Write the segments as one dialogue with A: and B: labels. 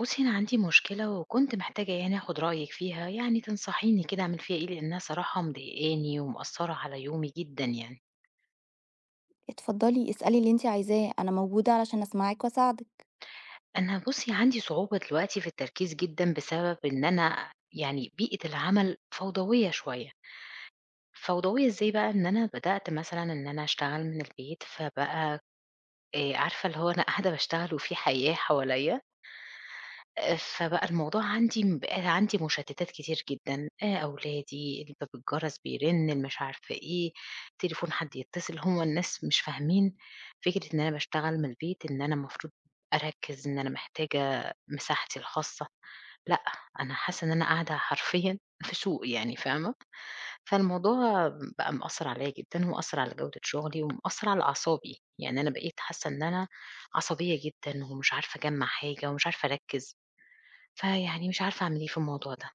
A: بُصّي، أنا عندي مشكلة وكنت محتاجة يعني آخُد رأيِك فيها، يعني تنصحيني كده أعمل فيها إيه، لإنّها صراحة مضايقاني ومأثّرة على يومي جدًا يعني.
B: اتفضلي اسألي اللي انتي عايزاه، انا موجودة علشان اسمعك واساعدك.
A: أنا بُصّي، عندي صعوبة دلوقتي في التركيز جدًا بسبب إن أنا يعني بيئة العمل فوضوية شوية. فوضوية إزاي بقى، إن أنا بدأت مثلًا إن أنا أشتغل من البيت، فبقى عارفة اللي هو أنا قاعدة باشتغل وفي حيّاة حواليّا فبقى الموضوع عندي بقى عندي مشتتات كتير جدًا، أولادي، الباب الجرس بيرن، المش عارفة إيه، تليفون حد يتصل، هُم الناس مش فاهمين فكرة إن أنا باشتغل من البيت، إن أنا المفروض أركّز، إن أنا محتاجة مساحتي الخاصة، لأ، أنا حاسة إن أنا قاعدة حرفيًا في سوق يعني فاهمة؟ فالموضوع بقى مأثّر عليَّ جدًا، ومأثّر على جودة شغلي، ومأثّر على أعصابي، يعني أنا بقيت حاسة إن أنا عصبية جدًا، ومش عارفة أجمّع حاجة، ومش عارفة أركّز. فيعني مش عارفة أعمل إيه في الموضوع ده،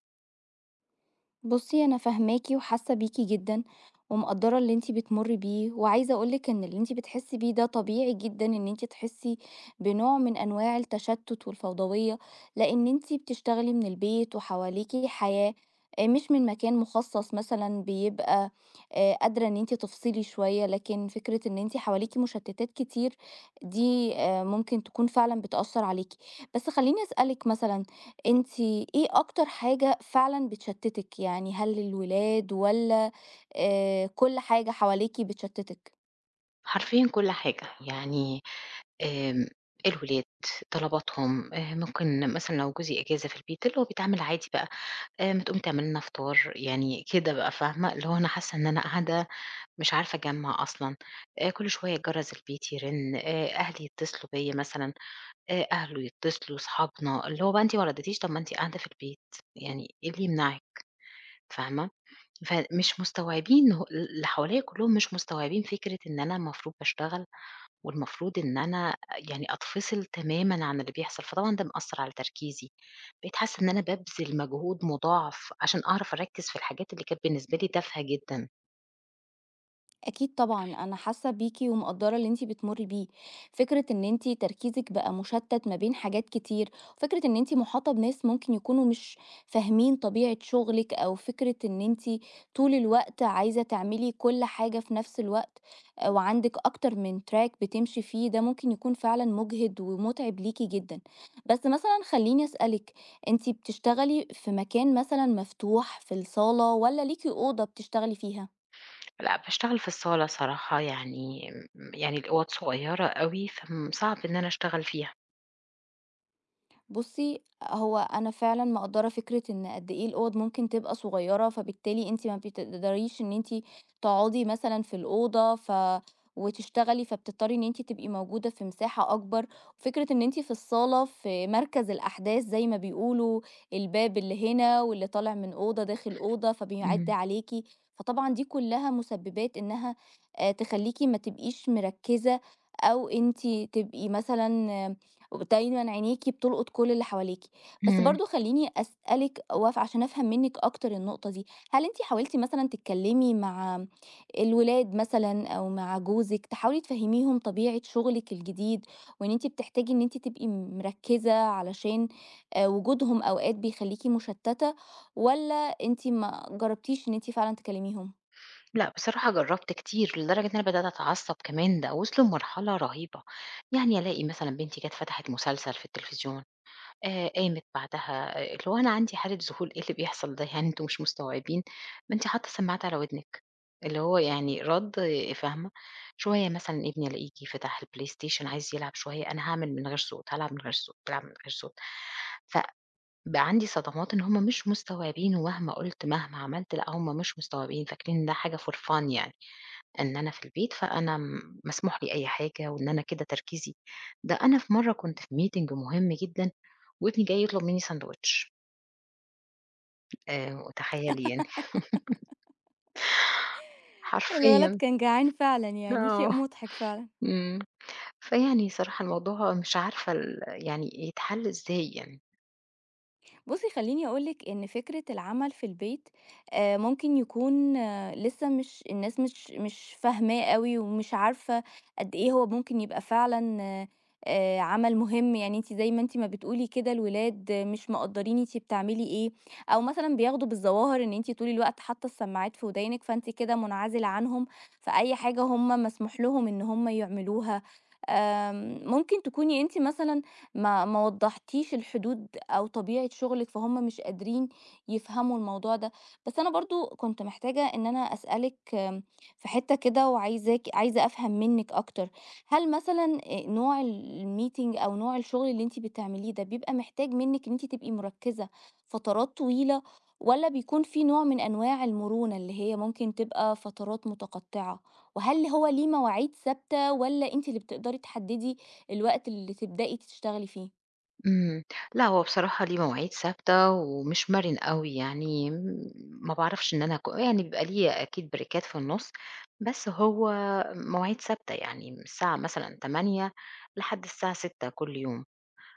B: بُصّي، أنا فاهماكِ وحاسة بيكِ جدًا، ومقدّرة اللي أنتِ بتمُرّي بيه، وعايزة أقول لِك إن اللي أنتِ بتحسّي بيه ده طبيعي جدًا، إن أنتِ تحسّي بنوع من أنواع التشتُّت والفوضوية، لإن أنتِ بتشتغلي من البيت وحواليكِ حياة، مش من مكان مخصّص مثلًا بيبقى قادرة إن أنتِ تفصلي شوية، لكن فكرة إن أنتِ حواليكِ مُشتِّتات كتير دي ممكن تكون فعلًا بتأثّر عليكِ. بس خلّيني أسألِك مثلًا، أنتِ إيه أكتر حاجة فعلًا بتشتتِك؟ يعني هل الولاد والّا كل حاجة حواليكِ بتشتتِك؟
A: حرفيًا كل حاجة، يعني آمم، الولاد، طلباتهم، ممكن مثلًا لو جوزي إجازة في البيت اللي هو بيتعامل عادي بقى، ما تقوم تعمل لنا فطار، يعني كده بقى فاهمة؟ اللي هو أنا حاسة إن أنا قاعدة مش عارفة أجمّع أصلًا، كل شوية جرس البيت يرن، أهلي يتصلوا بيّا مثلًا، أهله يتصلوا، صحابنا، اللي هو بقى أنتِ ما رديتيش طب ما أنتِ قاعدة في البيت، يعني إيه اللي يمنعِك؟ فاهمة؟ فمش مستوعبين هو اللي حواليّا كلّهم مش مستوعبين فكرة إن أنا المفروض باشتغل، والمفروض إن أنا يعني أتفصل تمامًا عن اللي بيحصل، فطبعًا ده مأثّر على تركيزي، بقيت حاسّة إن أنا بابذل مجهود مضاعف عشان أعرف أركّز في الحاجات اللي كانت بالنسبة لي تافهة جدًا.
B: أكيد طبعًا، أنا حاسة بيكِ ومقدّرة اللي أنتِ بتمُرّي بيه، فكرة إن أنتِ تركيزِك بقى مُشتَّت ما بين حاجات كتير، وفكرة إن أنتِ مُحاطة بناس ممكن يكونوا مش فاهمين طبيعة شُغلِك، أو فكرة إن أنتِ طول الوقت عايزة تعملي كل حاجة في نفس الوقت، وعندِك أكتر من track بتمشي فيه، ده ممكن يكون فعلًا مُجهِد ومُتعِب ليكِ جدًا. بس مثلًا خلّيني أسألِك، أنتِ بتشتغلي في مكان مثلًا مفتوح في الصالة والّا ليكِ أوضة بتشتغلي فيها؟
A: لأ، باشتغل في الصالة صراحة يعني يعني الأوَض صغيّرة أوي، فم صعب إن أنا أشتغل فيها.
B: بُصّي، هو أنا فعلًا مقدّرة فكرة إن قد إيه الأوَض ممكن تبقى صغيّرة، فبالتالي أنتِ ما بتقدريش إن أنتِ تقعدي مثلًا في الأوضة وتشتغلي، فبتضطري إن أنتِ تبقي موجودة في مساحة أكبر. فكرة إن أنتِ في الصالة في مركز الأحداث زي ما بيقولوا، الباب اللي هنا واللي طالع من أوضة داخل أوضة، فبيعِد
A: إمم.
B: عليكِ. فطبعًا دي كلّها مسبّبات إنها تخلّيكِ ما تبقيش مركّزة، أو أنتِ تبقي مثلًا ودايمًا عينيكِ بتلقط كل اللي حواليكِ. بس
A: إمم.
B: برضه خلّيني أسألِك عشان أفهم منِّك أكتر النقطة دي، هل أنتِ حاولتِ مثلًا تتكلّمي مع الولاد مثلًا أو مع جوزِك، تحاولي تفهّميهم طبيعة شغلِك الجديد، وإن أنتِ بتحتاجي إن أنتِ تبقي مركّزة، علشان وجودهم أوقات بيخلّيكِ مشتّتة، والّا أنتِ ما جرّبتيش إن أنتِ فعلًا تكلّميهم؟
A: لأ، بصراحة جرّبت كتير، لدرجة إن أنا بدأت أتعصّب كمان، ده وصلوا لمرحلة رهيبة، يعني ألاقي مثلًا بنتي جات فتحت مسلسل في التلفزيون، قامت بعدها آه، اللي هو أنا عندي حالة ذهول، إيه اللي بيحصل ده يعني أنتم مش مستوعبين، ما أنتِ حاطة السماعات على ودنِك، اللي هو يعني رَد آه، فاهمة، شوية مثلًا ابني ألاقيه جه فتح البلاي ستيشن عايز يلعب شوية، أنا هاعمل من غير صوت، هالعب من غير صوت، هالعب من غير صوت، فبقى عندي صدمات إن هُم مش مستوعبين، ومهما قُلت، مهما عملت، لأ هُم مش مستوعبين، فاكرين إن ده حاجة for fun يعني. إن أنا في البيت، فأنا مسموح لي أي حاجة وإن أنا كده تركيزي ده أنا في مرّة كنت في meeting مهم جدًا وابني جاي يطلب منّي ساندويتش، وتخيّلي يعني
B: الولد
A: حرفيًا
B: كان جعان فعلًا، يعني
A: آه،
B: شيء مُضحك فعلًا.
A: إمم. فيعني صراحة الموضوع مش عارفة يعني يتحل إزاي يعني.
B: بُصّي، خلّيني أقول لِك إن فكرة العمل في البيت ممكن يكون آه، لسه مش الناس مش مش فاهماه أوي، ومش عارفة قد إيه هو ممكن يبقى فعلًا عمل مهم، يعني أنتِ زي ما أنتِ ما بتقولي كده الولاد مش مقدّرين أنتِ بتعملي إيه، أو مثلًا بياخدوا بالظواهر إن أنتِ طول الوقت حاطة السماعات في ودانِك، فأنتِ كده منعزلة عنهم، فأي حاجة هم مسموح لهم إن هم يعملوها. ممكن تكوني أنتِ مثلًا ما وضحتيش الحدود أو طبيعة شغلِك، فهُم مش قادرين يفهموا الموضوع ده. بس أنا برضه كنت محتاجة إن أنا أسألِك، في حتة كده عايزة أفهم منِّك أكتر. هل مثلًا نوع الmeeting أو نوع الشغل اللي أنتِ بتعمليه ده بيبقى محتاج منِّك إن أنتِ تبقي مركزة فترات طويلة، والّا بيكون في نوع من أنواع المرونة اللي هي ممكن تبقى فترات متقطعة؟ وهل هو ليه مواعيد ثابتة، والّا أنتِ اللي بتقدري تحددي الوقت اللي تبدئي تشتغلي فيه.
A: إمم. لأ، هو بصراحة ليه مواعيد ثابتة ومش مرِن أوي، يعني ما باعرفش إن أنا يعني بيبقى ليه أكيد بريكات في النُص، بس هو مواعيد ثابتة، يعني من الساعة مثلًا 08:00 لحد الساعة 18:00 كل يوم،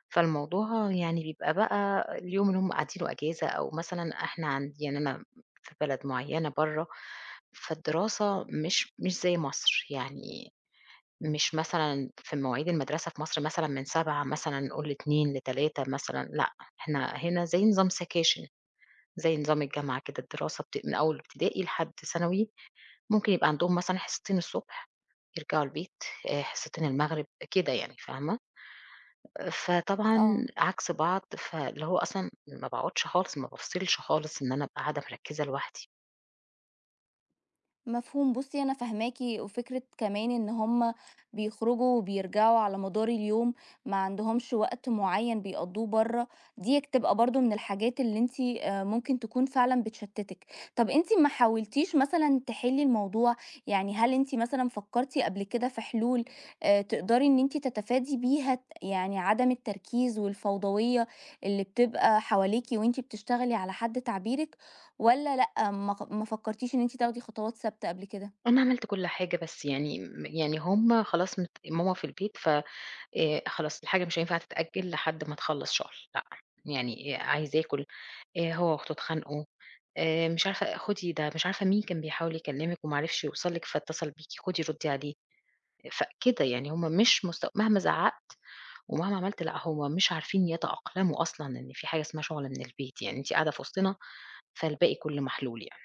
A: فالموضوع يعني بيبقى بقى اليوم اللي هم قاعدينه أجازة أو مثلًا إحنا عند يعني أنا في بلد معيّنة برّه، فالدراسة مش زي مصر، يعني مش مثلًا في مواعيد المدرسة في مصر مثلًا من 07:00 مثلًا نقول ل14:00 ل15:00 مثلًا، لأ، إحنا هنا زي نظام سكاشن، زي نظام الجامعة كده الدراسة من أول ابتدائي لحد ثانوي، ممكن يبقى عندهم مثلًا حصتين الصبح يرجعوا البيت، حصتين المغرب، كده يعني فاهمة؟ فطبعًا
B: آه،
A: عكس بعض، فاللي هو أصلًا ما باقعدش خالص، ما بافصلش خالص إن أنا أبقى قاعدة مركّزة لوحدي.
B: مفهوم. بُصّي، أنا فاهماكِ، وفكرة كمان إن هم بيخرجوا وبيرجعوا على مدار اليوم، ما عندهمش وقت معيّن بيقضّوه برّه، دي بتبقى برضه من الحاجات اللي أنتِ ممكن تكون فعلًا بتشتِّتِك. طَب أنتِ ما حاولتيش مثلًا تحلّي الموضوع؟ يعني هل أنتِ مثلًا فكّرتِ قبل كده في حلول تقدري إن أنتِ تتفادي بيها يعني عدم التركيز والفوضوية اللي بتبقى حواليكِ وأنتِ بتشتغلي على حد تعبيرِك؟ والّا لأ، ما فكرتيش إن أنتِ تاخدي خطوات ثابتة قبل كده؟
A: أنا عملت كل حاجة بس يعني يعني هم خلاص ماما في البيت ف خلاص الحاجة مش هينفع تتأجل لحد ما تخلّص شغل، لأ، يعني عايز آكل، هو وأخته اتخانقوا، مش عارفة خدي ده مش عارفة مين كان بيحاول يكلمِك وما عرفش يوصل لِك فاتصل بيكِ، خدي ردي عليه، فكده يعني هُم مش مست مهما زعّقت ومهما عملت لأ، هُم مش عارفين يتأقلموا أصلًا إن في حاجة اسمها شُغل من البيت، يعني أنتِ قاعدة في وسطنا فالباقي كُلّه محلول يعني.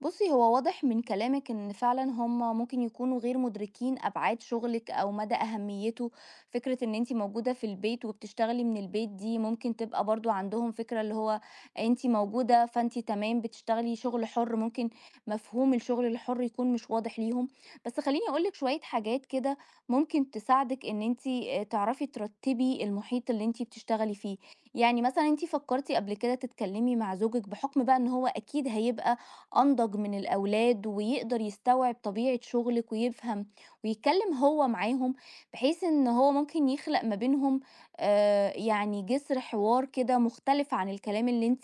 B: بُصّي، هو واضح من كلامِك إن فعلًا هم ممكن يكونوا غير مُدركين أبعاد شغلِك أو مدى أهميته، فكرة إن أنتِ موجودة في البيت وبتشتغلي من البيت دي ممكن تبقى برضه عندهم فكرة اللي هو أنتِ موجودة فأنتِ تمام بتشتغلي شغل حُر، ممكن مفهوم الشغل الحُر يكون مش واضح ليهم، بس خلّيني أقول لِك شوية حاجات كده ممكن تساعدِك إن أنتِ تعرفي ترتّبي المحيط اللي أنتِ بتشتغلي فيه، يعني مثلًا أنتِ فكّرتِ قبل كده تتكلّمي مع زوجِك بحُكم بقى إن هو أكيد هيبقى أنضج من الأولاد ويقدر يستوعب طبيعة شغلِك ويفهم ويتكلم هو معاهم، بحيث إن هو ممكن يخلق ما بينهم يعني جسر حوار كده مختلف عن الكلام اللي أنتِ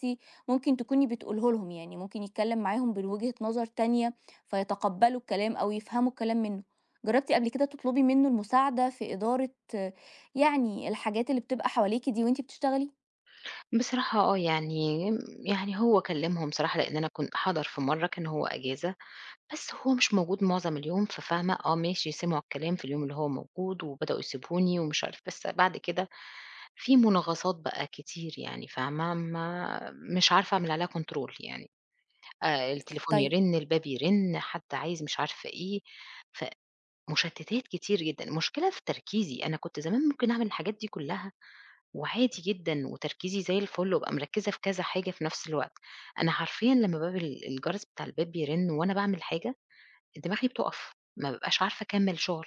B: ممكن تكوني بتقوليه لهم، يعني ممكن يتكلم معاهم من وجهة نظر تانية فيتقبّلوا الكلام أو يفهموا الكلام منه. جرّبتِ قبل كده تطلبي منه المساعدة في إدارة آه، يعني الحاجات اللي بتبقى حواليكِ دي وأنتِ بتشتغلي؟
A: بصراحة آه، يعني هو كلمهم صراحة لإن أنا كنت حَضَر في مرّة كان هو أجازة بس هو مش موجود معظم اليوم، ففاهمة، آه ماشي سمعوا الكلام في اليوم اللي هو موجود وبدأوا يسيبوني ومش عارف بس بعد كده في مناغصات بقى كتير يعني فاهمة، ما مش عارفة أعمل عليها control يعني التليفون
B: طيب.
A: يرن، الباب يرن، حد عايز مش عارفة إيه، فمشتتات كتير جدًا، المشكلة في تركيزي، أنا كنت زمان ممكن أعمل الحاجات دي كلها وعادي جدًا وتركيزي زي الفل وأبقى مركزة في كذا حاجة في نفس الوقت، أنا حرفيًا لمّا باب الجرس بتاع الباب بيرن وأنا باعمل حاجة دماغي بتُقف، ما بابقاش عارفة أكمّل شُغل.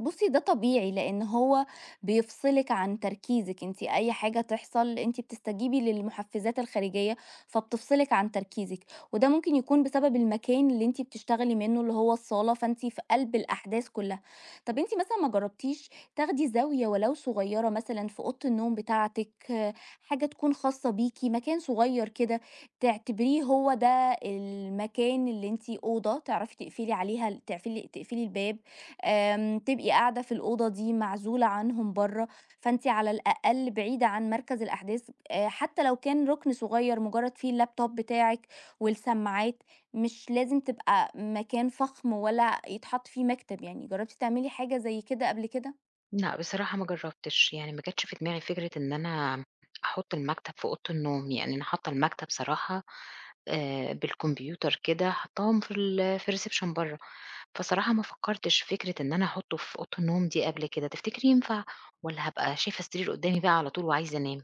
B: بُصّي، ده طبيعي، لإن هو بيفصلِك عن تركيزِك، أنتِ أي حاجة تحصل أنتِ بتستجيبي للمحفزات الخارجية، فبتفصلِك عن تركيزِك، وده ممكن يكون بسبب المكان اللي أنتِ بتشتغلي منه اللي هو الصالة، فأنتِ في قلب الأحداث كلّها. طَب أنتِ مثلًا ما جرّبتيش تاخدي زاوية ولو صغيّرة مثلًا في أوضة النوم بتاعتِك، آه، حاجة تكون خاصة بيكِ، مكان صغيّر كده تعتبريه هو ده المكان اللي أنتِ تعرفي تقفلي عليها ال تعفلي تقفلي الباب. تبقي قاعدة في الأوضة دي معزولة عنهم برّه، فأنتِ على الأقل بعيدة عن مركز الأحداث، حتى لو كان رُكن صغير مجرد فيه اللابتوب بتاعِك والسماعات، مش لازم تبقى مكان فخم ولا يتحط فيه مكتب، يعني جربتِ تعملي حاجة زي كده قبل كده؟
A: لأ، بصراحة ما جرّبتش، يعني ما جاتش في دماغي فكرة إن أنا أحُط المكتب في أوضة النوم، يعني أنا حاطّة المكتب صراحة بالكمبيوتر كده حاطّاهم في ال في الreception برّه، فصراحة ما فكّرتش في فكرة إن أنا أحُطّه في أوضة النوم دي قبل كده، تفتكري ينفع والّا هابقى شايفة السرير قُدّامي بقى على طول وعايزة أنام؟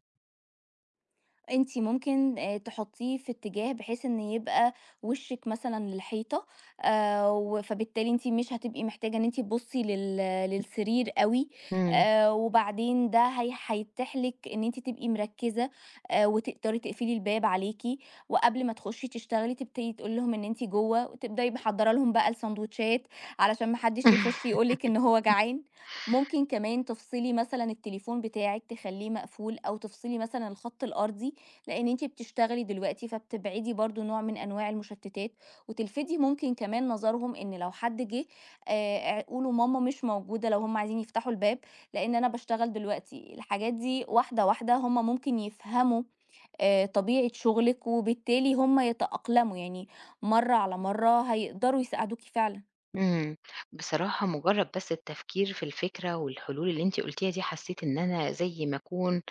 B: أنتِ ممكن تحطّيه في اتجاه بحيث إن يبقى وشِّك مثلًا للحيطة، و فبالتالي أنتِ مش هتبقي محتاجة إن أنتِ تبُصّي للسرير أوي.
A: إمم.
B: وبعدين ده هيتيح لِك إن أنتِ تبقي مركّزة، وتقدري تقفلي الباب عليكِ، وقبل ما تخُشّي تشتغلي تبتدي تقولي لهم إن أنتِ جوّه، وتبدئي محضّرة لهم بقى الساندوتشات علشان ما حدّش يخُش يقول لِك إن هو جعان. ممكن كمان تفصلي مثلًا التليفون بتاعِك تخلّيه مقفول، أو تفصلي مثلًا الخَط الأرضي لأن أنتِ بتشتغلي دلوقتي، فبتبعدي برضه نوع من أنواع المشتتات، وتلفتي ممكن كمان نظرهم إن لو حد جه قولوا ماما مش موجودة لو هُم عايزين يفتحوا الباب، لأن أنا باشتغل دلوقتي. الحاجات دي واحدة واحدة هُم ممكن يفهموا طبيعة شغلِك، وبالتالي هُم يتأقلموا، يعني مرّة على مرّة هيقدروا يساعدوكِ فعلًا.
A: إمم. بصراحة مجرّد بس التفكير في الفكرة والحلول اللي أنتِ قُلتيها دي، حسّيت إن أنا زي ما أكون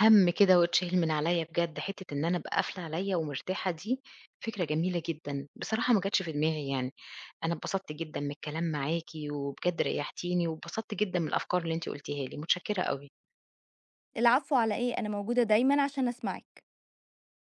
A: هَم كده واتشِال من عليّا بجد، حتّة إن أنا أبقى قافلة عليّا ومرتاحة دي فكرة جميلة جدًا، بصراحة ما جاتش في دماغي يعني، أنا اتبسطت جدًا من الكلام معاكِ وبجد ريّحتيني واتبسطت جدًا من الأفكار اللي أنتِ قُلتيها لي، متشكّرة أوي.
B: العفو على إيه، أنا موجودة دايمًا عشان أسمعِك.